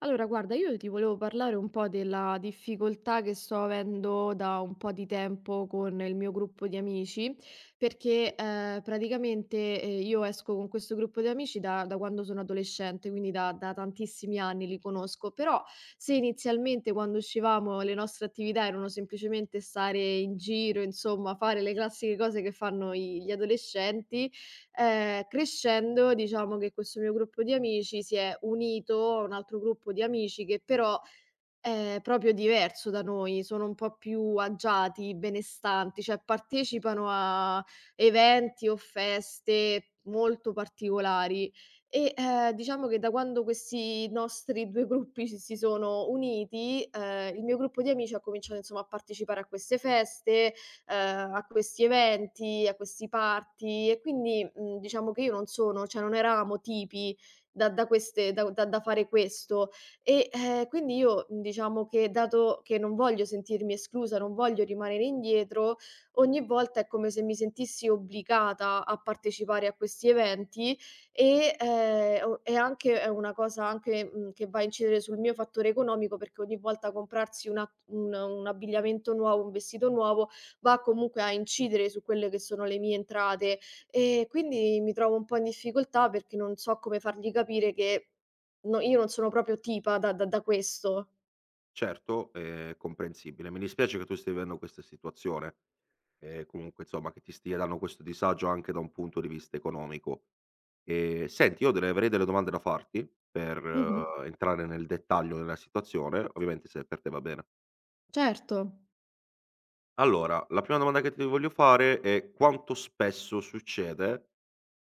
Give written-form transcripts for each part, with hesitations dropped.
Allora, guarda, io ti volevo parlare un po' della difficoltà che sto avendo da un po' di tempo con il mio gruppo di amici, Sì, perché praticamente io esco con questo gruppo di amici da quando sono adolescente, quindi da tantissimi anni li conosco, però se inizialmente quando uscivamo le nostre attività erano semplicemente stare in giro, insomma, fare le classiche cose che fanno gli adolescenti. Crescendo diciamo che questo mio gruppo di amici si è unito a un altro gruppo di amici che però è proprio diverso da noi, sono un po' più agiati, benestanti, cioè partecipano a eventi o feste molto particolari e, diciamo che da quando questi nostri 2 gruppi si sono uniti, il mio gruppo di amici ha cominciato insomma a partecipare a queste feste, a questi eventi, a questi party e quindi, diciamo che io non sono, cioè non eravamo tipi da da queste da da da fare questo. E, quindi io, diciamo che, dato che non voglio sentirmi esclusa, non voglio rimanere indietro, ogni volta è come se mi sentissi obbligata a partecipare a questi eventi e, o è anche è una cosa anche, che va a incidere sul mio fattore economico, perché ogni volta comprarsi una un abbigliamento nuovo, un vestito nuovo, va comunque a incidere su quelle che sono le mie entrate. E quindi mi trovo un po' in difficoltà perché non so come fargli capire che no, io non sono proprio tipa da questo. certo, è comprensibile. Mi dispiace che tu stia vivendo questa situazione, e comunque insomma che ti stia dando questo disagio anche da un punto di vista economico. E senti, io avrei delle domande da farti per Mh-mh. Entrare nel dettaglio della situazione, ovviamente se per te va bene. Certo. Allora, la prima domanda che ti voglio fare è quanto spesso succede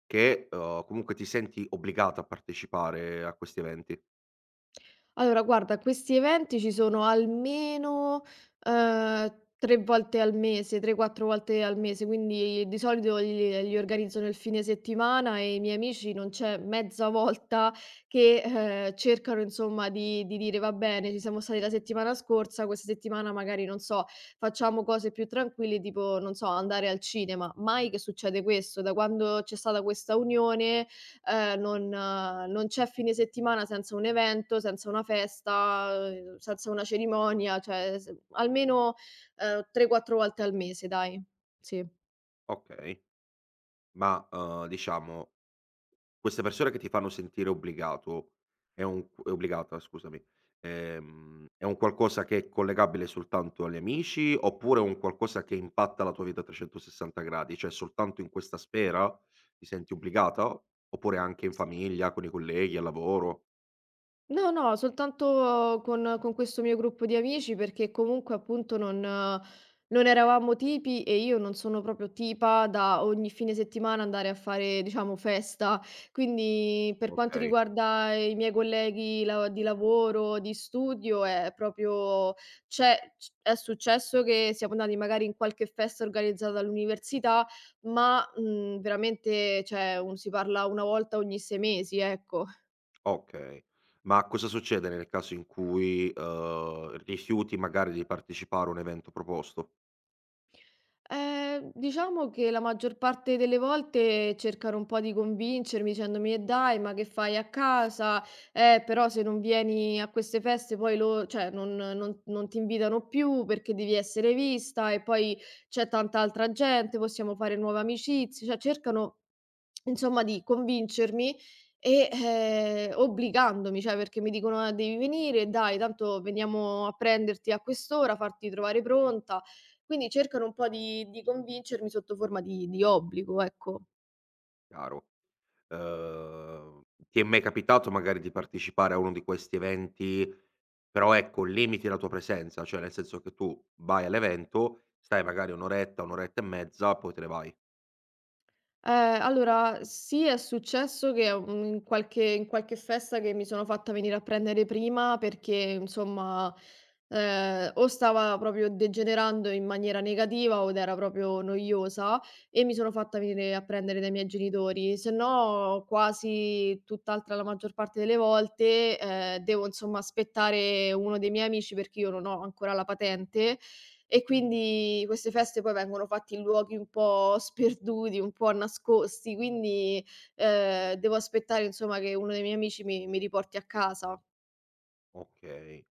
che comunque ti senti obbligata a partecipare a questi eventi? Allora guarda, questi eventi ci sono almeno, 3 volte al mese, 3, 4 volte al mese, quindi di solito li organizzo nel fine settimana e i miei amici non c'è mezza volta che, cercano insomma di dire: "Va bene, ci siamo stati la settimana scorsa, questa settimana magari, non so, facciamo cose più tranquille tipo, non so, andare al cinema." Mai che succede questo. Da quando c'è stata questa unione non c'è fine settimana senza un evento, senza una festa, senza una cerimonia, cioè s almeno, 3, 4 volte al mese, dai. Sì. Ok, ma diciamo, queste persone che ti fanno sentire obbligato è un q obbligata, scusami, è un qualcosa che è collegabile soltanto agli amici, oppure è un qualcosa che impatta la tua vita a 360 gradi? Cioè soltanto in questa sfera ti senti obbligata, oppure anche in famiglia, con i colleghi, al lavoro? No, no, soltanto con questo mio gruppo di amici, perché comunque appunto non non eravamo tipi e io non sono proprio tipa da ogni fine settimana andare a fare, diciamo, festa. Quindi per quanto Okay, riguarda i miei colleghi la di lavoro, di studio, è proprio c'è c è successo che siamo andati magari in qualche festa organizzata all'università, ma, veramente, cioè un si parla 1 volta ogni 6 mesi, ecco. okay. Ma cosa succede nel caso in cui, rifiuti magari di partecipare a un evento proposto? Diciamo che la maggior parte delle volte cercano un po' di convincermi dicendomi: "E dai, ma che fai a casa? Però se non vieni a queste feste poi lo cioè non ti invitano più perché devi essere vista e poi c'è tanta altra gente, possiamo fare nuove amicizie." Cioè cercano insomma di convincermi e, obbligandomi, cioè perché mi dicono: "Ah, devi venire, dai, tanto veniamo a prenderti a quest'ora, farti trovare pronta." Quindi cercano un po' di convincermi sotto forma di obbligo, ecco. Chiaro. Uhm, Ti è mai capitato magari di partecipare a uno di questi eventi, però ecco limiti la tua presenza, cioè nel senso che tu vai all'evento, stai magari 1 oretta, 1 oretta e mezza, poi te ne vai. Allora sì, è successo che, in qualche festa che mi sono fatta venire a prendere prima perché insomma, o stava proprio degenerando in maniera negativa od era proprio noiosa e mi sono fatta venire a prendere dai miei genitori, se no quasi tutt'altra la maggior parte delle volte, devo insomma aspettare uno dei miei amici perché io non ho ancora la patente. E quindi queste feste poi vengono fatte in luoghi un po' sperduti, un po' nascosti, quindi, devo aspettare insomma che uno dei miei amici mi riporti a casa. Okay.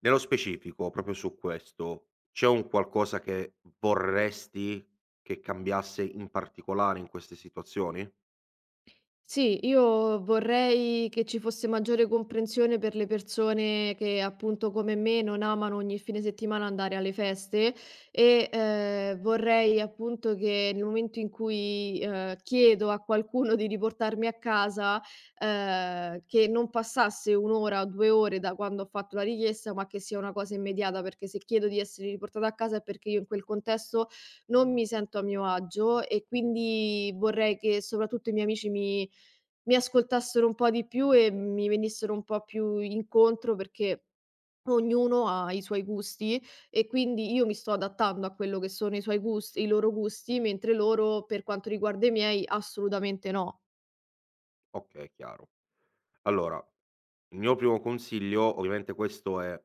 Nello specifico, proprio su questo, c'è un qualcosa che vorresti che cambiasse in particolare in queste situazioni? Sì, io vorrei che ci fosse maggiore comprensione per le persone che, appunto, come me, non amano ogni fine settimana andare alle feste e, vorrei, appunto, che nel momento in cui, chiedo a qualcuno di riportarmi a casa, che non passasse 1 ora o 2 ore da quando ho fatto la richiesta, ma che sia una cosa immediata, perché se chiedo di essere riportata a casa è perché io in quel contesto non mi sento a mio agio, e quindi vorrei che soprattutto i miei amici mi ascoltassero un po' di più e mi venissero un po' più incontro, perché ognuno ha i suoi gusti e quindi io mi sto adattando a quello che sono i loro gusti, mentre loro, per quanto riguarda i miei, assolutamente no. Okay, chiaro. Allora, il mio primo consiglio, ovviamente questo è,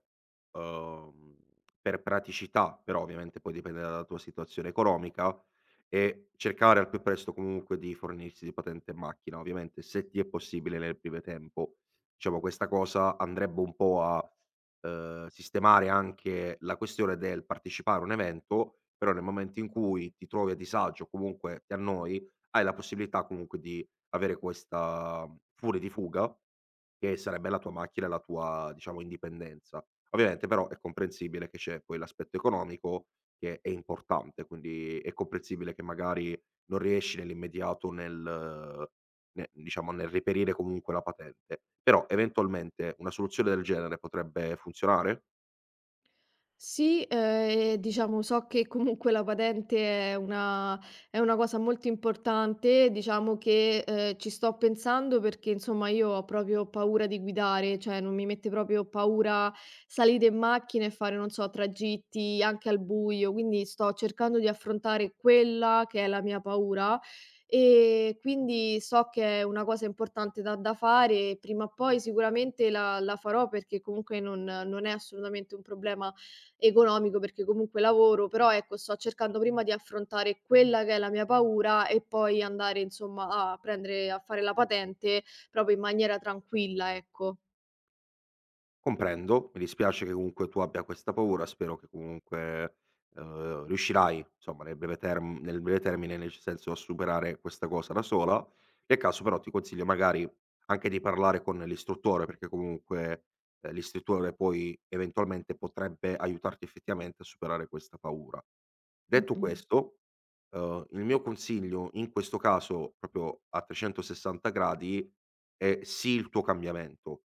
uhm, per praticità, però ovviamente poi dipende dalla tua situazione economica, è cercare al più presto comunque di fornirsi di patente e macchina, ovviamente se ti è possibile nel breve tempo. Diciamo questa cosa andrebbe un po' a, sistemare anche la questione del partecipare a un evento, però nel momento in cui ti trovi a disagio o comunque ti annoi, hai la possibilità comunque di avere questa furia di fuga che sarebbe la tua macchina e la tua, diciamo, indipendenza. Ovviamente però è comprensibile che c'è poi l'aspetto economico che è importante, quindi è comprensibile che magari non riesci nell'immediato nel ne diciamo, nel reperire comunque la patente. Però eventualmente una soluzione del genere potrebbe funzionare? Sì, e diciamo so che comunque la patente è una cosa molto importante, diciamo che, ci sto pensando, perché insomma io ho proprio paura di guidare, cioè non mi mette proprio paura salire in macchina e fare, non so, tragitti anche al buio, quindi sto cercando di affrontare quella che è la mia paura, quindi so che è una cosa importante da fare e prima o poi sicuramente la farò, perché comunque non non è assolutamente un problema economico, perché comunque lavoro, però ecco sto cercando prima di affrontare quella che è la mia paura e poi andare insomma a fare la patente proprio in maniera tranquilla, ecco. Comprendo, mi dispiace che comunque tu abbia questa paura, spero che comunque, riuscirai, insomma, nel breve termine, nel senso a superare questa cosa da sola. Nel caso però ti consiglio magari anche di parlare con l'istruttore, perché comunque, l'istruttore poi eventualmente potrebbe aiutarti effettivamente a superare questa paura. Detto Mh-mh, questo, il mio consiglio in questo caso, proprio a 360 gradi, è sì il tuo cambiamento.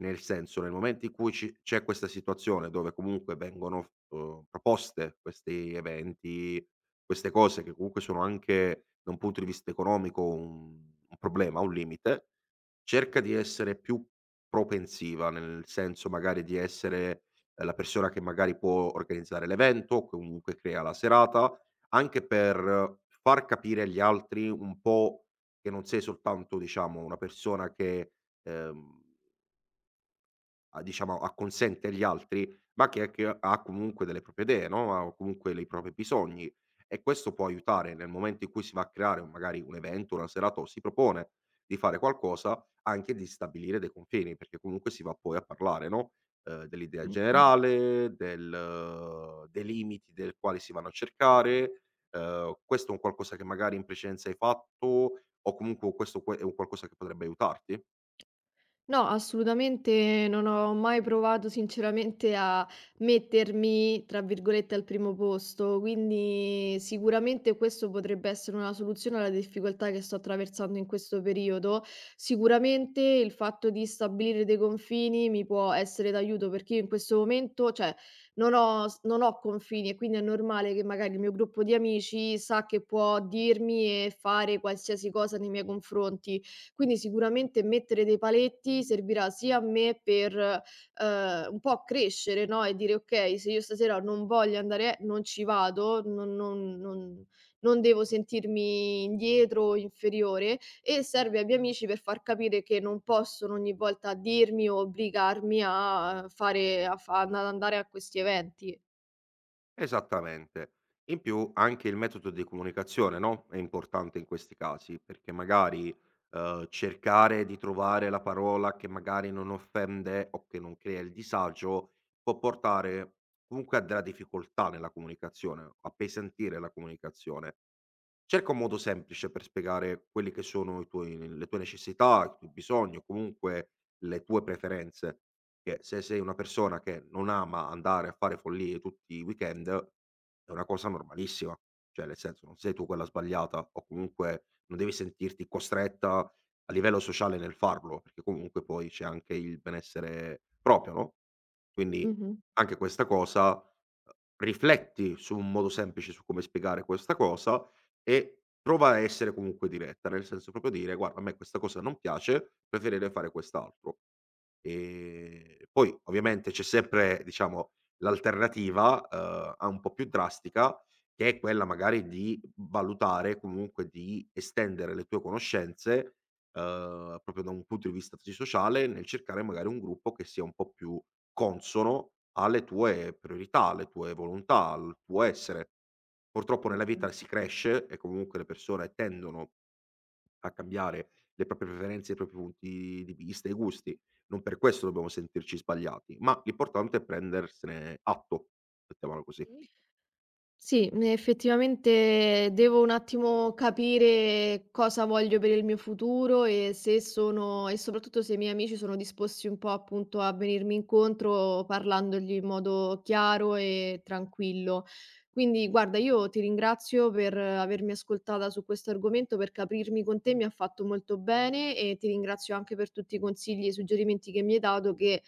Nel senso, nel momento in cui ci c'è questa situazione dove comunque vengono f proposte questi eventi, queste cose che comunque sono anche da un punto di vista economico un problema, un limite, cerca di essere più propensiva, nel senso magari di essere, la persona che magari può organizzare l'evento, o comunque crea la serata, anche per far capire agli altri un po' che non sei soltanto, diciamo, una persona che, ehm a diciamo acconsente agli altri, ma che ha comunque delle proprie idee, no, ha comunque dei propri bisogni e questo può aiutare nel momento in cui si va a creare un magari un evento, una serata o si propone di fare qualcosa, anche di stabilire dei confini, perché comunque si va poi a parlare, no, dell'idea mh-mh. generale, del dei limiti del quali si vanno a cercare, questo è un qualcosa che magari in precedenza hai fatto o comunque questo que è un qualcosa che potrebbe aiutarti? No, assolutamente non ho mai provato sinceramente a mettermi, tra virgolette, "al primo posto", quindi sicuramente questo potrebbe essere una soluzione alla difficoltà che sto attraversando in questo periodo. Sicuramente il fatto di stabilire dei confini mi può essere d'aiuto, perché io in questo momento, cioè, non ho confini e quindi è normale che magari il mio gruppo di amici sa che può dirmi e fare qualsiasi cosa nei miei confronti. Quindi sicuramente mettere dei paletti servirà sia a me per, un po' crescere, no, e dire: "Okay, se io stasera non voglio andare e non ci vado, non devo sentirmi indietro o inferiore", e serve ai miei amici per far capire che non possono ogni volta dirmi o obbligarmi a fare a fa ad andare a questi eventi. Esattamente. In più anche il metodo di comunicazione, no, è importante in questi casi, perché magari, cercare di trovare la parola che magari non offende o che non crea il disagio, può portare comunque a della difficoltà nella comunicazione, appesantire la comunicazione. Cerca un modo semplice per spiegare quelli che sono i tuoi le tue necessità, i tuoi bisogni o comunque le tue preferenze, che se sei una persona che non ama andare a fare follie tutti i weekend, è una cosa normalissima. Cioè, nel senso, non sei tu quella sbagliata o comunque non devi sentirti costretta a livello sociale nel farlo, perché comunque poi c'è anche il benessere proprio, no, quindi Mh-mh. anche questa cosa, rifletti su un modo semplice su come spiegare questa cosa e prova a essere comunque diretta, nel senso proprio dire: "Guarda, a me questa cosa non piace, preferirei fare quest'altro". Poi ovviamente c'è sempre, diciamo, l'alternativa, a un po' più drastica, che è quella magari di valutare, comunque di estendere le tue conoscenze, proprio da un punto di vista psicosociale, nel cercare magari un gruppo che sia un po' più consono alle tue priorità, alle tue volontà, al tuo essere. Purtroppo nella Mh-mh. vita si cresce e comunque le persone tendono a cambiare le proprie preferenze, i propri punti di vista, i gusti. Non per questo dobbiamo sentirci sbagliati, ma l'importante è prendersene atto, mettiamola così. Sì, effettivamente devo un attimo capire cosa voglio per il mio futuro e se sono e soprattutto se i miei amici sono disposti un po', appunto, a venirmi incontro parlandogli in modo chiaro e tranquillo. Quindi guarda, io ti ringrazio per avermi ascoltata su questo argomento, perché aprirmi con te mi ha fatto molto bene, e ti ringrazio anche per tutti i consigli e i suggerimenti che mi hai dato, che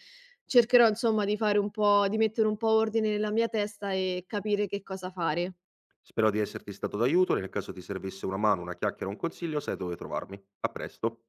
cercherò insomma di mettere un po' ordine nella mia testa e capire che cosa fare. Spero di esserti stato d'aiuto, nel caso ti servisse una mano, una chiacchiera o un consiglio, sai dove trovarmi. A presto.